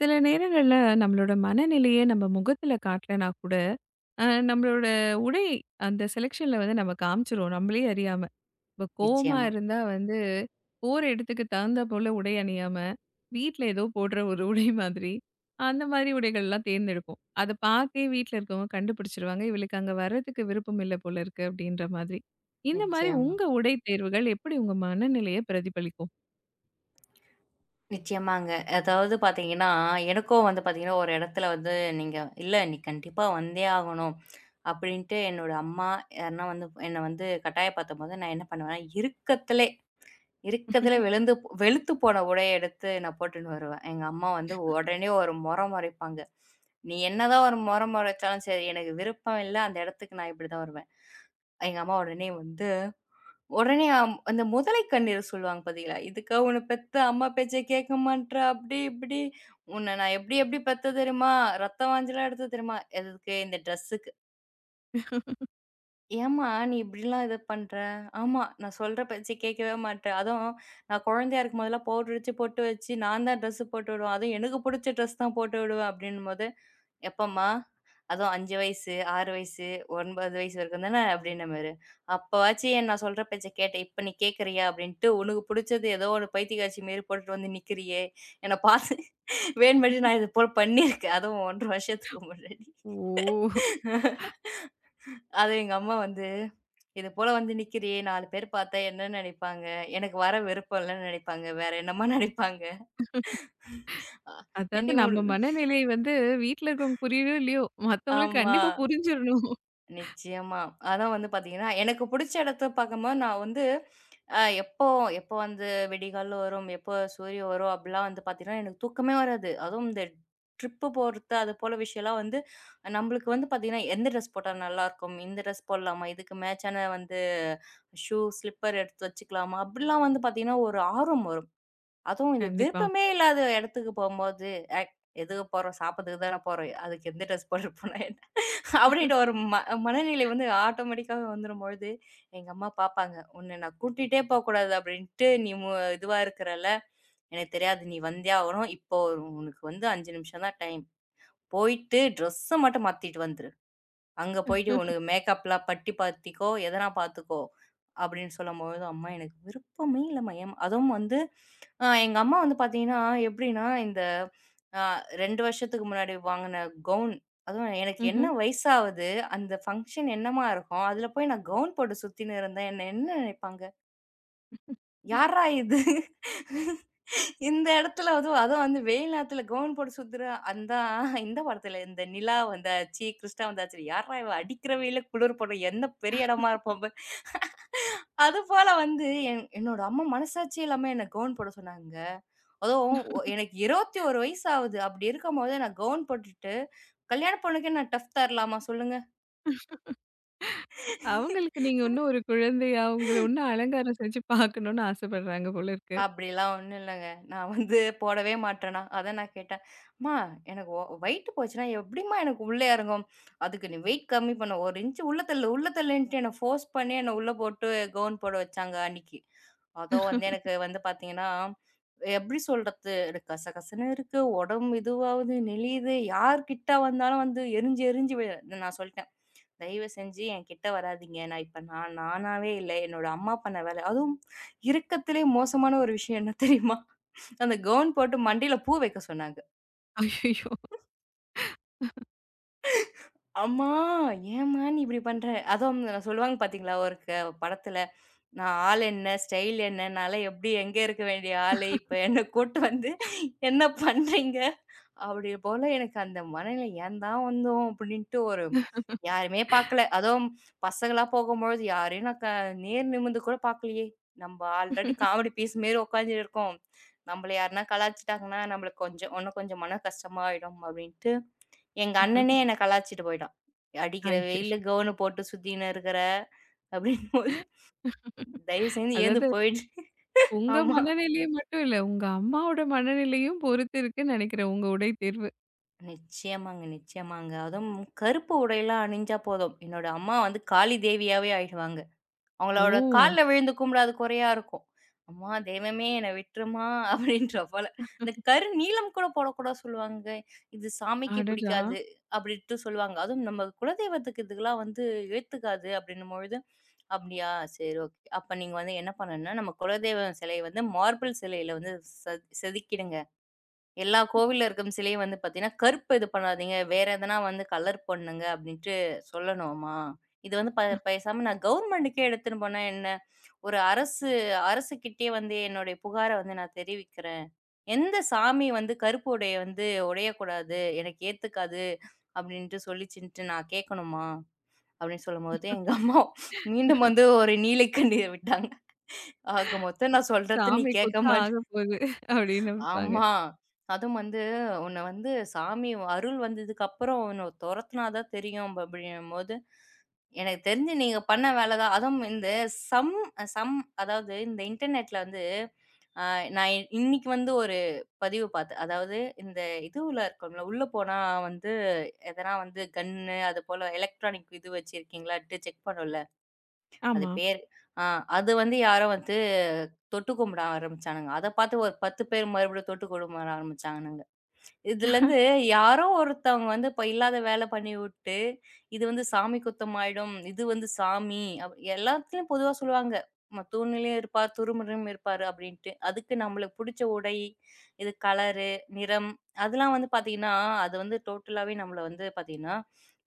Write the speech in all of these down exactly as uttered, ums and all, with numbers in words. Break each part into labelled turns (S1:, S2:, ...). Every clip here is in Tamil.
S1: சில நேரங்கள்ல நம்மளோட மனநிலையே நம்ம முகத்துல காட்டலனா கூட, அ நம்மளோட உடை அந்த செலக்ஷன்ல வந்து நம்ம காமிச்சுருவோம். நம்மளே அறியாம. இப்போ கோவமா
S2: நிச்சயமா,
S1: இருந்தா வந்து, போற இடத்துக்கு தகுந்தா போல உடை அணியாம, வீட்ல ஏதோ போடுற ஒரு உடை மாதிரி, அந்த மாதிரி உடைகள்லாம் தேர்ந்தெடுப்போம். அத பார்த்தே வீட்ல இருக்கவங்க கண்டுபிடிச்சுருவாங்க. "இவளுக்கு அங்க வர்றதுக்கு விருப்பம் இல்ல போல இருக்கு" அப்படின்ற மாதிரி. இந்த மாதிரி
S2: நிச்சயமா,
S1: உங்க உடை தேர்வுகள் எப்படி உங்க மனநிலைய பிரதிபலிக்கும்?
S2: நிச்சயமாங்க. அதாவது பார்த்தீங்கன்னா, எனக்கும் வந்து பார்த்தீங்கன்னா, ஒரு இடத்துல வந்து நீங்க "இல்ல நீ கண்டிப்பா வந்தே ஆகணும்" அப்படின்ட்டு என்னோட அம்மா யாருன்னா வந்து என்ன வந்து கட்டாயப்படுத்தும்போது, நான் என்ன பண்ணுவேன்னா, இருக்கத்திலே இருக்கத்திலே விழுந்து வெளுத்து போன உடைய எடுத்து நான் போட்டுன்னு வருவேன். எங்க அம்மா வந்து உடனே ஒரு மொற மொறைப்பாங்க. "நீ என்னதான் ஒரு மொற மொறைச்சாலும் சரி, எனக்கு விருப்பம் இல்ல. அந்த இடத்துக்கு நான் இப்படிதான் வருவேன்." எங்க அம்மா உடனே வந்து உடனே அம் அந்த முதலை கண்ணீர் சொல்லுவாங்க பார்த்தீங்களா? "இதுக்கா உன்ன பெத்த அம்மா பேச்ச கேட்க மாட்றா, அப்படி இப்படி. உன்ன நான் எப்படி எப்படி பெத்தேன் தெரியுமா? ரத்தம் வாஞ்சலாம் எடுத்தேன் தெரியுமா? எதுக்கு இந்த ட்ரெஸ்ஸுக்கு." "ஏம்மா நீ இப்படிலாம் இது பண்ற? ஆமா நான் சொல்ற பேச்ச கேட்கவே மாட்ற. அதுவும் நான் குழந்தையா இருக்கும்போதெல்லாம் பவுடர் அடிச்சு பொட்டு வச்சு நான் தான் ட்ரெஸ்ஸு போட்டு விடுவேன். அதுவும் எனக்கு புடிச்ச ட்ரெஸ் தான் போட்டு விடுவேன்." அப்படின்னும்போது எப்பம்மா? அதுவும் ஐந்து வயசு, ஆறு வயசு, ஒன்பது வயசு வரைக்கும் தானே அப்டின்ன மாரு. அப்பவாச்சும் என் நான் சொல்ற பேச்ச கேட்ட. இப்ப நீ கேட்கறியா? அப்டின்ட்டு உனக்கு புடிச்சது ஏதோ ஒரு பைத்தியக்காரச்சி மாரி போட்டுட்டு வந்து நிக்கிறியே! என்ன பார்த்து வேணுமேட்டு நான் இது போல பண்ணியிருக்கேன். அதுவும் ஒன்றரை வருஷத்துக்கு முன்னாடி.
S1: ஓ!
S2: அது எங்க அம்மா வந்து, "இது போல வந்து நிக்கிறியே! நாலு பேர் பார்த்தா என்ன நெனைப்பாங்க? எனக்கு வர விருப்பம் இல்லன்னு நெனைப்பாங்க. வேற என்னம்மா நெனைப்பாங்க?" அ
S1: அதாவது
S2: என்னடி முடு.
S1: நம்ம மனநிலை வந்து வீட்ல இருக்கவங்க புரியலையோ இல்லையோ, மத்தவங்களுக்கு
S2: ஆமா.
S1: கண்டிப்பா புரிஞ்சிரணும்.
S2: நிச்சயமா. அதான் வந்து பார்த்தீங்கன்னா, எனக்கு புடிச்ச இடத்த பார்க்கும்போது நான் வந்து அ எப்போ எப்போ வந்து விடிகால்ல வரும், எப்போ சூரியன் வரும் அப்படிலாம் வந்து பார்த்தீங்கன்னா, எனக்கு தூக்கமே வராது. அதுவும் இந்த ட்ரிப்பு போறது அது போல விஷயம்லாம் வந்து நம்மளுக்கு வந்து பார்த்தீங்கன்னா, எந்த ட்ரெஸ் போட்டா நல்லாயிருக்கும்? இந்த ட்ரெஸ் போடலாமா? இதுக்கு மேட்சான வந்து ஷூ, ஸ்லிப்பர் எடுத்து வச்சுக்கலாமா? அப்படிலாம் வந்து பார்த்தீங்கன்னா, ஒரு ஆர்வம் வரும். அதுவும் இது
S1: கண்டிப்பா.
S2: விருப்பமே இல்லாத இடத்துக்கு போம்போது, "ஏய் எதுக்கு போறோம்? சாப்பிடறதுக்கு தானே போறோம். அதுக்கு எந்த ட்ரெஸ் போட்டு போனா என்ன?" அப்படின்ற ஒரு ம மனநிலை வந்து ஆட்டோமேட்டிக்காவே வந்துரும்பொழுது, எங்க அம்மா பாப்பாங்க. "உன்ன நான் கூட்டிட்டே போக்கூடாது அப்படின்ட்டு நீ மு இதுவா இருக்கிறல்ல, எனக்கு தெரியாது. நீ வந்தே ஆகணும். இப்போ ஒரு- உனக்கு வந்து ஐந்து நிமிஷம் தான் டைம். போயிட்டு ட்ரெஸ்ஸ மட்டும் மாத்திட்டு வந்துரு." அங்க போயிட்டு உனக்கு மேக்கப்லாம் பட்டி பாத்திக்கோ, எதனா பாத்துக்கோ." அப்படின்னு சொல்லும்பொழுது, அம்மா எனக்கு விருப்பமே இல்லம்மா. ஏன் அதுவும் வந்து அ எங்க அம்மா வந்து பாத்தீங்கன்னா, எப்படின்னா இந்த அ ரெண்டு வருஷத்துக்கு முன்னாடி வாங்குன கவுன், அதுவும் எனக்கு என்ன
S1: ம்ஹ்ம்.
S2: வயசாவுது, அந்த ஃபங்ஷன் என்னம்மா இருக்கும்? அதுல போய் நான் கவுன் போட்டு சுத்தின்னு இருந்தா என்ன என்ன நினைப்பாங்க? யார்றா இது? இந்த இடத்துல அதுவும் அதுவும் வந்து வெயில் நேரத்துல கவுன் போட்டு சுத்துற அந்த இந்த படத்துல இந்த நிலா வந்தாச்சு, கிருஷ்ணா வந்தாச்சு. யார்றா இவ அடிக்கிற வெயில்ல குளிர் படும். என்ன பெரிய இடமா இருப்போம் பாரு. அதுபோல வந்து என் என்னோட அம்மா மனசாட்சி இல்லாம என்ன கவுன் போட சொன்னாங்க. அதுவும் ஒ எனக்கு இருபத்தி ஒன்று வயசு ஆகுது. அப்படி இருக்கும்போது நான் கவுன் போட்டுட்டு, கல்யாண பொண்ணுக்கே நான் டஃப் தரலாமா சொல்லுங்க?
S1: அவங்களுக்கு நீங்க இன்னும் ஒரு குழந்தையா, உங்கள இன்னும் அலங்காரம் செஞ்சு பார்க்கணும்னு ஆசைப்படுறாங்க போல இருக்கு.
S2: அப்படிலாம் ஒண்ணும் இல்லங்க. நான் வந்து போடவே மாட்டேனா. அதான் நான் கேட்டேன். "அம்மா எனக்கு ஒ வெயிட் போச்சுன்னா எப்படிம்மா எனக்கு உள்ள இறங்கும்? அதுக்கு நீ வெயிட் கம்மி பண்ணு. ஒரு இன்ச் உள்ள தள்ளு, உள்ள தள்ளுன்ட்டு" என்ன ஃபோர்ஸ் பண்ணி என்ன உள்ள போட்டு கவுன் போட வச்சாங்க அன்னைக்கு. அதுவும் வந்து எனக்கு வந்து பார்த்தீங்கன்னா, எப்படி சொல்றது? எனக்கு கசகசன்னு இருக்கு. உடம்பு இதுவாகுது, நெளியுது. யார் கிட்ட வந்தாலும் வந்து எரிஞ்சு எரிஞ்சு விழு நான் சொல்ட்டேன். தயவு செஞ்சு என் கிட்ட வராதீங்க. நான் இப்ப நான் நானாவே இல்ல. என்னோட அம்மா பண்ண வேலை அதுவும் இருக்கத்திலே மோசமான ஒரு விஷயம் என்ன தெரியுமா? அந்த கவுன் போட்டு மண்டையில பூ வைக்க சொன்னாங்க.
S1: ஐயய்யோ!
S2: அம்மா! ஏம்மா நீ இப்படி பண்ற? அதுவும் நான் சொல்லுவாங்க பார்த்தீங்களா? ஒரு க படத்துல. நான் ஆள் என்ன? ஸ்டைல் என்ன? நான்லாம் எப்படி எங்க இருக்க வேண்டிய ஆளு? இப்ப என்ன கூட்டு வந்து என்ன பண்றீங்க? அப்படி போல எனக்கு அந்த மனநிலை ஏன் தான் வந்தோம் அப்படின்ட்டு ஒரு யாருமே பார்க்கல. அதுவும் பசங்களா போகும்பொழுது யாரையும் நான் க நேர் நிமிர்ந்து கூட பார்க்கலையே. நம்ம ஆல்ரெடி காமெடி பீஸ் மாரி உட்காந்துட்டு இருக்கோம். நம்மள யாருனா கலாய்ச்சுட்டாங்கன்னா, நம்மளுக்கு கொஞ்சம் இன்னும் கொஞ்சம் மன கஷ்டமாயிடும் அப்படின்ட்டு, எங்க அண்ணனே என்ன கலாய்ச்சுட்டு போயிட்டான். "அடிக்கிற வெயில்ல
S1: ஐயய்யோ!
S2: கவுனு போட்டு சுத்தின்னு இருக்கிற" அப்படிங்கும்போது, "தயவு செஞ்சு எழுந்து
S1: அதாவது
S2: போயிடு."
S1: உங்க
S2: ஆமா.
S1: மனநிலையை மட்டும் இல்ல, உங்க அம்மாவோட மனநிலையும் பொறுத்து இருக்குன்னு நினைக்கிறேன் உங்க உடை தேர்வு.
S2: நிச்சயமாங்க, நிச்சயமாங்க. அதுவும் கருப்பு உடையெல்லாம் அணிஞ்சா போதும். என்னோட அம்மா வந்து காளி தேவியாவே ஆயிடுவாங்க. அவங்களோட
S1: ஓ!
S2: கால்ல விழுந்து கும்பிடாத குறையா இருக்கும். "அம்மா தெய்வமே என்ன விட்டுரும்மா" அப்படின்ற போல. இந்த கரு நீலம் கூட போடக்கூடாது சொல்லுவாங்க. இது சாமிக்கு
S1: அடடா!
S2: பிடிக்காது அப்படின்ட்டு சொல்லுவாங்க. அதுவும் நம்ம குலதெய்வத்துக்கு இதுக்கெல்லாம் வந்து ஏத்துக்காது அப்படின்னும்பொழுது, "அப்படியா? சரி ஓகே." அப்ப நீங்க வந்து என்ன பண்ணணும்னா, நம்ம குலதெய்வம் சிலைய வந்து மார்பிள் சிலையில வந்து செ செதுக்கிடுங்க. எல்லா கோவில்ல இருக்கும் சிலையும் வந்து பார்த்தீங்கன்னா, கருப்பு இது பண்ணாதீங்க. வேற எதனா வந்து கலர் பண்ணுங்க அப்டின்ட்டு சொல்லணுமா? இது வந்து ப பேசாம நான் கவர்மெண்டுக்கே எடுத்துன்னு போனா என்ன? ஒரு அரசு அரசுகிட்டயே வந்து என்னுடைய புகார வந்து நான் தெரிவிக்கிறேன். எந்த சாமி வந்து கருப்பு உடைய வந்து உடையக்கூடாது. எனக்கு ஏத்துக்காது அப்டின்ட்டு சொல்லிச்சுன்ட்டு நான் கேட்கணுமா? அப்டின்னு சொல்லும்போது எங்க அம்மா மீண்டும் வந்து ஒரு நீலை கண்ணீர் விட்டாங்க. ஆக மொத்தம் நான் சொல்றத நீ
S1: சாமி
S2: கேட்க
S1: குத்தா
S2: மாட்ட.
S1: ஆகப்போகுது அப்படின்னு நினைப்பாங்க.
S2: ஆமா. அதுவும் வந்து உன்ன வந்து சாமி அருள் வந்ததுக்கு அப்புறம் உன்ன தொரத்துனா தான் தெரியும் அப்படின்னும்போது, எனக்கு தெரிஞ்சு நீங்க பண்ண வேலை தான். அதுவும் இந்த சம் சம் அதாவது இந்த இன்டர்நெட்ல வந்து அ நான் இ- இன்னைக்கு வந்து ஒரு பதிவு பார்த்தேன். அதாவது இந்த இதுவுல இருக்கோம்ல, உள்ள போனா வந்து எதனா வந்து கன்னு அதுபோல எலக்ட்ரானிக் இது வச்சிருக்கீங்களான்ட்டு செக் பண்ணும்ல. அது
S1: ஆமா.
S2: பேர் ஆ அது வந்து யாரோ வந்து தொட்டு கும்பிட ஆரம்பிச்சானுங்க. அத பார்த்து ஒரு பத்து பேர் மறுபடியும் தொட்டு கும்பிட ஆரம்பிச்சானுங்க. இதுலேருந்து யாரோ ஒருத்தவங்க வந்து இப்ப இல்லாத வேல பண்ணிவுட்டு, இது வந்து சாமி குத்தம் ஆயிடும். இது வந்து சாமி அப் எல்லாத்துலயும் பொதுவா சொல்லுவாங்க. ம தூண்லயும் இருப்பார், துருமுறையும் இருப்பாரு அப்டின்ட்டு. அதுக்கு நம்மளுக்கு புடிச்ச உடை, இது கலரு, நிறம் அதெல்லாம் வந்து பாத்தீங்கன்னா, அது வந்து டோட்டலாவே நம்மள வந்து பாத்தீங்கன்னா,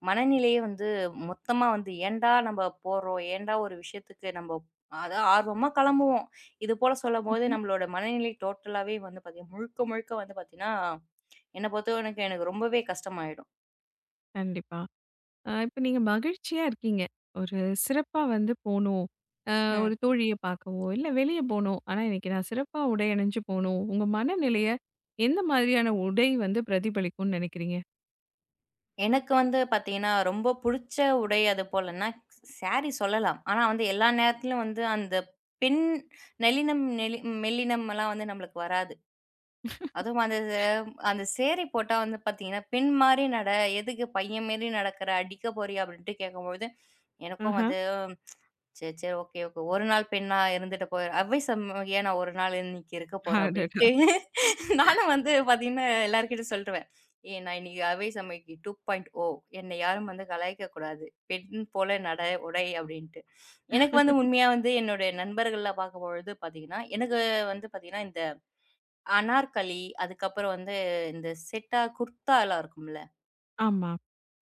S2: மனநிலையே வந்து மொத்தமா வந்து ஏன்டா நம்ம போறோம்? ஏன்டா ஒரு விஷயத்துக்கு நம்ம அதான் ஆர்வமா கெளம்புவோம். இது போல சொல்லும்போது
S1: ம்ஹ்ம்.
S2: நம்மளோட மனநிலை டோட்டலாவே வந்து பாத்தீங்கன்னா, முழுக்க முழுக்க வந்து பாத்தீங்கன்னா என்ன பொறுத்தவரைக்கும் எனக்கு ரொம்பவே கஷ்டமாயிடும்.
S1: கண்டிப்பா. அ இப்ப நீங்க மகிழ்ச்சியா இருக்கீங்க. ஒரு சிறப்பா வந்து போணும். அ
S2: ம்.
S1: ஒரு தோழிய பார்க்கவோ, இல்ல வெளிய போணும். ஆனா, இன்னைக்கு நான் சிறப்பா உடை அணிஞ்சு போணும். உங்க மனநிலைய எந்த மாதிரியான உடை வந்து பிரதிபலிக்கும்னு நினைக்கிறீங்க?
S2: எனக்கு வந்து பார்த்தீங்கன்னா, ரொம்ப புடிச்ச உடை அது போலன்னா, சாரி சொல்லலாம். ஆனா வந்து எல்லா நேரத்துலயும் வந்து அந்த பின் நெளினம் நெளி மெல்லினம் எல்லாம் வந்து நம்மளுக்கு வராது. அதுவும் அந்த அந்த சேரி போட்டா வந்து பார்த்தீங்கன்னா, "பின் மாரி நட, எதுக்கு பையன் மாரி நடக்குற, அடிக்க போறியா?" அப்படின்ட்டு கேட்கும்பொழுது, எனக்கும்
S1: ஆஹா.
S2: வந்து சரி, சரி. Okay, okay. ஒரு நாள் பெண்ணா இருந்துட்டு போய் அவ்வை சண்முகியா நான் ஒரு நாள் இன்னைக்கு இருக்க போறேன்
S1: அடடா!
S2: அப்படின்ட்டு, நானும் வந்து பார்த்தீங்கன்னா, எல்லார்கிட்டயும் சொல்ருவேன். ஏ நான் இன்னைக்கு Avvai Shanmugi two point O. என்னை யாரும் வந்து கலாய்க்கக் கூடாது. பெண் போல நடை, உடை அப்படின்ட்டு. எனக்கு வந்து உண்மையா வந்து என்னுடைய நண்பர்கள்ல பார்க்கும்பொழுது பார்த்தீங்கன்னா, எனக்கு வந்து பார்த்தீங்கன்னா, இந்த அனார்கலி, அதுக்கப்புறம் வந்து இந்த செட்டா குர்தாலாம் இருக்கும்ல.
S1: ஆமா.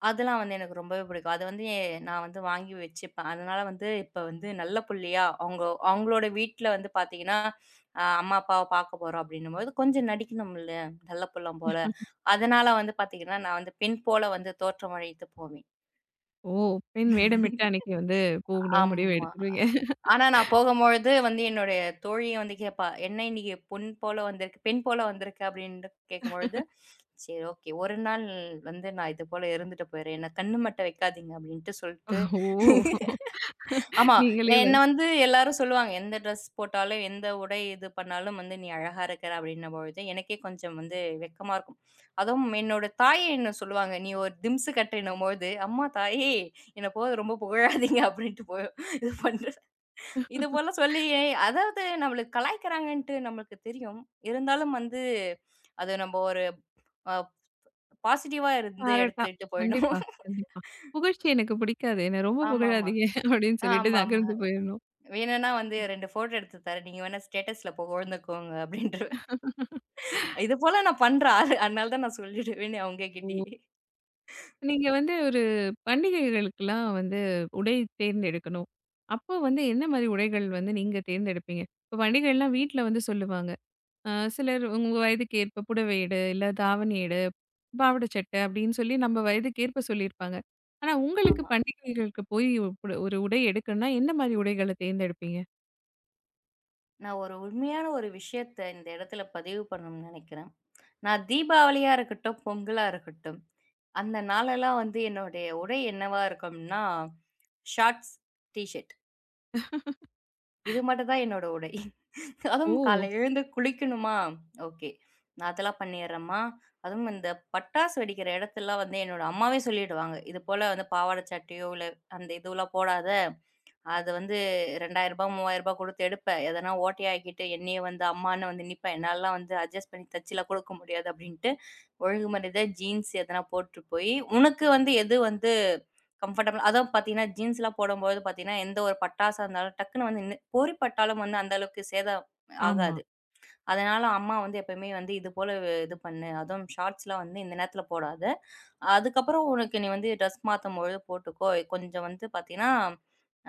S2: அதெல்லாம் வந்து எனக்கு ரொம்பவே பிடிக்கும். அது வந்து எ- நான் வந்து வாங்கி வச்சுப்பேன். அதனால வந்து இப்ப வந்து நல்ல புள்ளையா, அவங்க அவங்களோட வீட்ல வந்து பார்த்தீங்கன்னா, அ அம்மா, அப்பாவ பார்க்க போறோம் அப்டின்னும்போது, கொஞ்சம் நடிக்கணும்ல, நல்ல புள்ளம் போல. அதனால வந்து பார்த்தீங்கன்னா, நான் வந்து பெண் போல வந்து தோற்றமளித்து போவேன்.
S1: ஓ! பெண் வேடமிட்டு அன்னைக்கு வந்து போகணும்னு முடிவு
S2: ஆமா.
S1: எடுத்துருவீங்க.
S2: ஆனா நான் போகும்பொழுது வந்து என்னுடைய தோழியே வந்து கேட்பா, "என்ன இன்னைக்கு பொன் போல வந்திருக்கு பெண் போல வந்திருக்க" அப்படின்னு கேட்கும்பொழுது, "சரி ஓகே. ஒரு நாள் வந்து நான் இது போல இருந்துட்டு போயிறேன். என்ன கண்ணு மட்ட வைக்காதீங்க" அப்படின்ட்டு சொல்ட்டு
S1: ஓ!
S2: ஆமா.
S1: நீங்களே
S2: என்ன
S1: வந்து
S2: வந்து எல்லாரும் சொல்லுவாங்க, "எந்த ட்ரெஸ் போட்டாலும், எந்த உடை இது பண்ணாலும் வந்து நீ அழகா இருக்கிற" அப்படின்னும்பொழுது எனக்கே கொஞ்சம் வந்து வெட்கமா இருக்கும். அதுவும் என்னோட தாயே என்ன சொல்லுவாங்க, "நீ ஒரு திம்ஸு கட்டுன்னும்போது, அம்மா தாயே! என்ன போது ரொம்ப புகழாதீங்க" அப்படின்ட்டு போ இது பண்ற இது போல சொல்லி அதாவது நம்மளுக்கு கலாய்க்கிறாங்கன்ட்டு நம்மளுக்கு தெரியும். இருந்தாலும் வந்து, அது நம்ம ஒரு அ பாசிட்டிவா இருந்து
S1: பாராட்டா.
S2: எடுத்துட்டு போயிடும்.
S1: கண்டிப்பா, கண்டிப்பா. புகழ்ச்சி எனக்கு பிடிக்காது. என்ன ரொம்ப
S2: ஆமாமா.
S1: புகழாதீங்க அப்படின்னு சொல்லிட்டு
S2: ஆமாமா.
S1: நகர்ந்து போயிரணும்.
S2: வேணும்னா வந்து ரெண்டு ஃபோட்டோ எடுத்து தரேன். நீங்க வேணா ஸ்டேட்டஸ்ல புகழ்ந்துக்கோங்க அப்படின்ருவேன். இது போல நான் பண்ற ஆளு. அதனால தான் நான் சொல்லிடுவேனே
S1: ஓ!
S2: அவங்ககிட்டயே.
S1: நீங்க வந்து ஒரு பண்டிகைகளுக்குலாம் வந்து உடை தேர்ந்தெடுக்கணும். அப்போ வந்து என்ன மாரி உடைகள் வந்து நீங்க தேர்ந்தெடுப்பீங்க? இப்போ பண்டிகைலாம் வீட்ல வந்து சொல்லுவாங்க. அ சிலர் உங்க வயதுக்கு ஏற்ப புடவை எடு, இல்ல தாவணி எடு, பாவாடை சட்டை அப்டின்னு சொல்லி நம்ம வயதுக்கு ஏற்ப சொல்லியிருப்பாங்க. ஆனா உங்களுக்கு
S2: ஆமா.
S1: பண்டிகைகளுக்கு போய் ஒரு புட ஒரு உடை எடுக்கணும்னா என்ன மாரி உடைகள தேர்ந்தெடுப்பீங்க?
S2: நான் ஒரு உண்மையான ஒரு விஷயத்த இந்த இடத்துல பதிவு பண்ணணும்னு நினைக்கிறேன். நான் தீபாவளியா இருக்கட்டும், பொங்கலா இருக்கட்டும் அந்த நாளெல்லாம் வந்து என்னுடைய உடை என்னவா இருக்கும்னா, ஷார்ட்ஸ், டீ ஷர்ட். இது மட்டும் தான் என்னோட உடை. அதுவும்
S1: ஓ!
S2: காலைல எழுந்து குளிக்கணுமா, ஓகே. நான் அதெல்லாம் பண்ணிர்றேம்மா. அதுவும் இந்த பட்டாசு வெடிக்கிற இடத்துலலாம் வந்து என்னோட அம்மாவே சொல்லிடுவாங்க. இது போல வந்து பாவாடை சட்டையோ, இல்ல அந்த இதுவெல்லாம் போடாத. அது வந்து ரூ. இரண்டாயிரம் ரூ. மூவாயிரம் குடுத்து எடுப்ப. எதனா ஓட்டையாக்கிட்டு என்னையே வந்து அம்மான்னு வந்து நிப்ப. என்னாலலாம் வந்து அட்ஜஸ்ட் பண்ணி தச்சுலாம் குடுக்க முடியாது அப்டின்ட்டு, ஒழுங்குமரியாதையா ஜீன்ஸ் எதனா போட்டு போயி, உனக்கு வந்து எது வந்து கம்ஃபர்டபுளா அதுவும் பார்த்தீங்கன்னா, ஜீன்ஸ்லாம் போடும்போது பார்த்தீங்கன்னா, எந்த ஒரு பட்டாசா இருந்தாலும் டக்குன்னு வந்து நின்னு போரி பட்டாலும் வந்து அந்த அளவுக்கு சேதம்
S1: ஆமா.
S2: ஆகாது. அதனால அம்மா வந்து எப்பயுமே வந்து இது போல இது பண்ணு. அதுவும் ஷார்ட்ஸ்லாம் வந்து இந்த நேரத்தில போடாத. அதுக்கப்புறம் உனக்கு நீ வந்து ட்ரெஸ் மாத்தும்பொழுது போட்டுக்கோ. கொஞ்சம் வந்து பார்த்தீங்கன்னா,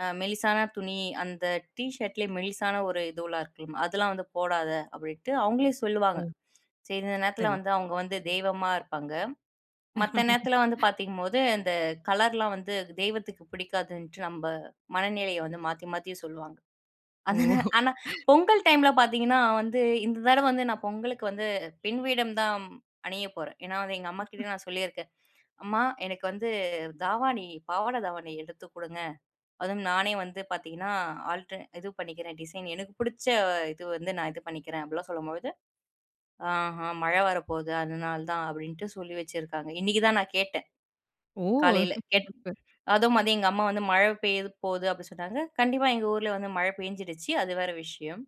S2: அ மெலிசான துணி அந்த டீ ஷர்ட்லயே மெலிசான ஒரு இதுவெல்லாம் இருக்குல்ல, அதெல்லாம் வந்து போடாத அப்படின்ட்டு அவங்களே சொல்லுவாங்க.
S1: ஓ!
S2: சரி இந்த நேரத்தில
S1: சரி.
S2: வந்து அவங்க வந்து தெய்வமா இருப்பாங்க. மத்த நேரத்துல வந்து பாத்தீங்கும்போது, இந்த கலர்லாம் வந்து தெய்வத்துக்கு பிடிக்காதுன்ட்டு நம்ப மனநிலைய வந்து மாத்தி, மாத்தி சொல்லுவாங்க.
S1: ஓ!
S2: அதனா ஆனா பொங்கல் டைம்ல பாத்தீங்கன்னா வந்து, இந்த தடவ வந்து நான் பொங்கலுக்கு வந்து பெண் வேடம் தான் அணிய போறேன். ஏன்னா வந்து எங்க அம்மாகிட்ட நான் சொல்லியிருக்கேன். "அம்மா எனக்கு வந்து தாவாணி, பாவாடை தாவாணி எடுத்து குடுங்க. அதுவும் நானே வந்து பாத்தீங்கன்னா, ஆல்டர் இது பண்ணிக்கிறேன் டிசைன். எனக்கு புடிச்ச இது வந்து நான் இது பண்ணிக்கிறேன்." அப்படிலாம் சொல்லும்பொழுது, "ஆஹா மழை வரப்போகுது, அதனால தான்." அப்படின்ட்டு சொல்லி வச்சிருக்காங்க. இன்னைக்கு தான் நான் கேட்டேன், காலையில. அதுவும் வந்து எங்க அம்மா வந்து மழை பெய்யது போது அப்படி சொன்னாங்க. கண்டிப்பா எங்க ஊர்ல வந்து மழை பெய்ஞ்சிடுச்சு. அது வேற விஷயம்.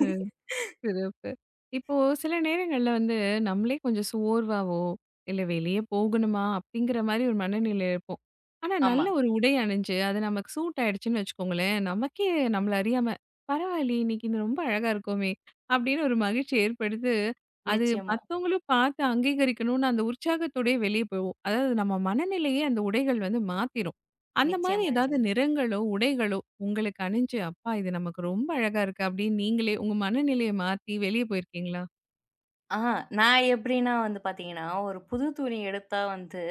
S1: ஓ! சிறப்பு. இப்போ சில நேரங்கள்ல வந்து நம்மளே கொஞ்சம் சோர்வாவோ, இல்ல வெளிய போகணுமா அப்படிங்கிற மாரி ஒரு மனநிலையில இருப்போம். ஆனா நல்ல
S2: ஆமா.
S1: ஒரு உடை அணிஞ்சு, அது நமக்கு சூட் ஆயிடுச்சுன்னு வச்சுக்கோங்களேன், நமக்கே நம்மள அறியாம, "பரவாயில்லையே இன்னைக்கு இது ரொம்ப அழகா இருக்கோமே!" அப்படின்னு ஒரு மகிழ்ச்சி ஏற்படுது. அது
S2: நிச்சயமா,
S1: மத்தவங்களும் பார்த்து அங்கீகரிக்கணும்னு அந்த உற்சாகத்தோடயே வெளிய போவோம். அதாவது நம்ம மனநிலையே அந்த உடைகள் வந்து மாத்திரும். அந்த மாதிரி
S2: நிச்சயமா,
S1: ஏதாவது
S2: நிச்சயமா.
S1: நிறங்களோ, உடைகளோ உங்களுக்கு அணிஞ்சு, அப்பா! இது நமக்கு ரொம்ப அழகா இருக்கு அப்படின்னு நீங்களே உங்க மனநிலைய மாத்தி வெளிய போயிருக்கீங்களா?
S2: ஆ நான் எப்படின்னா வந்து பார்த்தீங்கன்னா, ஒரு புது துணி எடுத்தா வந்து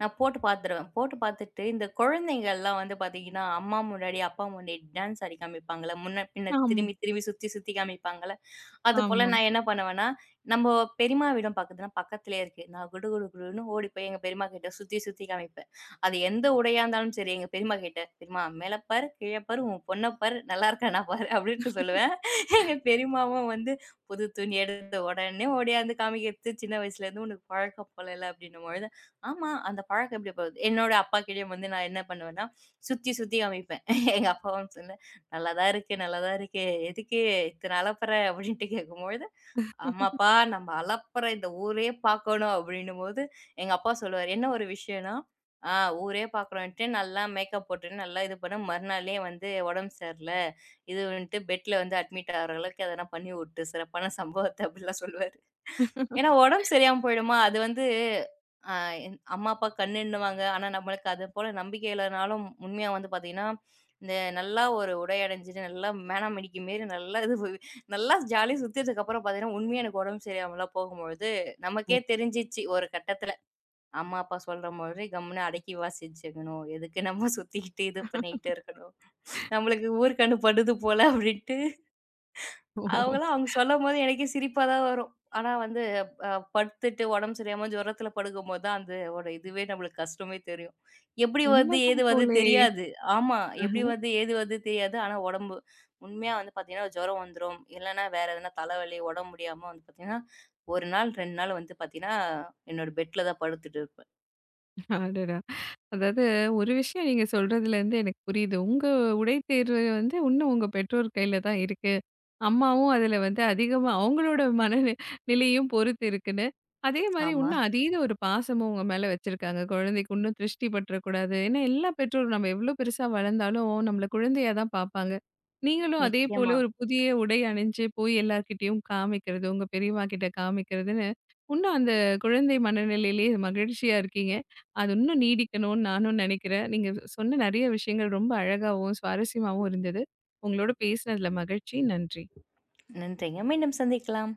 S2: நான் போட்டு பார்த்துருவேன். போட்டு பார்த்துட்டு இந்த குழந்தைங்கள்லாம் வந்து பார்த்தீங்கன்னா, அம்மா முன்னாடி, அப்பா முன்னாடி டான்ஸ் ஆடி காமிப்பாங்கல்ல. முன்ன பின்ன
S1: ஆமா.
S2: திரும்பி திரும்பி சுத்தி சுத்தி காமிப்பாங்கல்ல. அதுபோல
S1: ஆமா.
S2: நான் என்ன பண்ணுவேன்னா, நம்ப பெரியம்மா வீடும் பாத்தீங்கன்னா, பக்கத்திலேயே இருக்கு. நான் குடு குடு குடுன்னு ஓடி போய் எங்க பெரியம்மா கிட்ட சுத்தி சுத்தி காமிப்பேன். அது எந்த உடையா இருந்தாலும் சரி, எங்க பெரியம்மா கிட்ட, "பெரியம்மா மேல பாரு, கீழ பாரு, உன் பொண்ண பாரு, நல்லா இருக்கானா பாரு" அப்படின்ட்டு சொல்லுவேன். எங்க பெரியம்மாவும் வந்து, புது துணி எடுத்த உடனே ஓடியாந்து காமிக்கிறது, "சின்ன வயசுலேருந்து உனக்கு பழக்கம் போலல்ல" அப்படின்னும் பொழுது, "ஆமா, அந்த பழக்கம் எப்படி போகுது?" என்னோட அப்பாக்கிட்டயும் வந்து நான் என்ன பண்ணுவேன்னா, சுத்தி சுத்தி காமிப்பேன். எங்க அப்பாவும் "நல்லாதான் இருக்கு, நல்லாதான் இருக்கு. எதுக்கு இத்தன அலப்பற?" அப்படின்ட்டு கேட்கும்பொழுது, "ஆமாப்பா நம்ம அலப்பற இந்த ஊரே பார்க்கணும்." அப்படின்னும்போது எங்க அப்பா சொல்லுவாரு, "என்ன ஒரு விஷயம்னா, ஆ ஊரே பார்க்குறோன்ட்டு நல்லா மேக்கப் போட்டு நல்லா இது பண்ண மறுநாளே வந்து உடம்பு சரியில்ல. இதுன்ட்டு பெட்ல வந்து அட்மிட் ஆகுற அளவுக்கு எதனா பண்ணி விட்டு சிறப்பான சம்பவத்த" அப்படிலாம் சொல்லுவாரு. ஏன்னா உடம்பு சரியாம போயிடுமா, அது வந்து அ என் அம்மா, அப்பா கண்ணுன்னுவாங்க. ஆனா நம்மளுக்கு அது போல நம்பிக்கை இல்லனாலும் உண்மையா வந்து பார்த்தீங்கன்னா இந்த நல்லா ஒரு உடை அணிஞ்சுட்டு, நல்லா மேனாமேனிக்கு மாரி நல்லா இது போய் நல்லா ஜாலியா சுத்தினதுக்கப்புறம் பார்த்தீங்கன்னா, உண்மையா எனக்கு உடம்பு சரியில்லாமலாம் போகும்பொழுது,
S1: ஓ!
S2: நமக்கே தெரிஞ்சிச்சு ஒரு கட்டத்தில. அம்மா, அப்பா சொல்றபொழுது கம்முனு அடக்கி வாசிச்சுக்கணும். எதுக்கு நம்ம சுத்திக்கிட்டு, இது பண்ணிக்கிட்டு இருக்கணும். நம்மளுக்கு ஊருக்கு அனுப்படுது போல அப்படின்ட்டு அவங்கலாம் அவங்க சொல்லும்போது எனக்கே சிரிப்பா தான் வரும். ஆனா வந்து அ படுத்துட்டு உடம்பு சரியில்லாம ஜுரத்தில படுக்கும்போது தான் அந்த ஒரு இதுவே நம்மளுக்கு கஷ்டமே தெரியும். எப்படி வருது,
S1: உண்மதான்
S2: ஏது வருது
S1: போலயே!
S2: தெரியாது. ஆமா. எப்படி வருது, ஏது வருது தெரியாது. ஆனா உடம்பு உண்மையா வந்து பார்த்தீங்கன்னா, ஜுரம் வந்துரும். இல்லன்னா வேற எதனா தலைவலி, உடம்பு முடியாம வந்து பார்த்தீங்கன்னா, ஒரு நாள், ரெண்டு நாள் வந்து பார்த்தீங்கன்னா, என்னோட பெட்ல தான் படுத்துட்டு இருப்பேன்.
S1: அடடா! அதாவது ஒரு விஷயம் நீங்க சொல்றதுலேருந்து எனக்கு புரியுது. உங்க உடை தேர்வு வந்து இன்னும் உங்க பெற்றோர் கையில தான் இருக்கு. அம்மாவும் அதுல வந்து அதிகமா அவங்களோட மன நி நிலையும் பொறுத்து இருக்குன்னு, அதே மாரி
S2: ஆமா.
S1: இன்னும் அதீத ஒரு பாசமும் உங்க மேல வச்சிருக்காங்க. குழந்தைக்கு இன்னும் திருஷ்டி பற்றக்கூடாது. ஏன்னா, எல்லா பெற்றோரும் நம்ம எவ்ளோ பெருசா வளர்ந்தாலும் நம்மள குழந்தையா தான் பார்ப்பாங்க. நீங்களும் அதே போல
S2: நிச்சயமா.
S1: ஒரு புதிய உடை அணிஞ்சு போய் எல்லார்கிட்டயும் காமிக்கிறது, உங்க பெரியம்மா கிட்ட காமிக்கிறதுன்னு, இன்னும் அந்த குழந்தை மனநிலையிலேயே மகிழ்ச்சியா இருக்கீங்க. அது இன்னும் நீடிக்கணும்னு நானும் நினைக்கிறேன். நீங்க சொன்ன நெறைய விஷயங்கள் ரொம்ப அழகாவும், சுவாரஸ்யமாவும் இருந்தது. உங்களோட பேசினதுல மகிழ்ச்சி. நன்றி.
S2: நன்றிங்க. மீண்டும் சந்திக்கலாம்.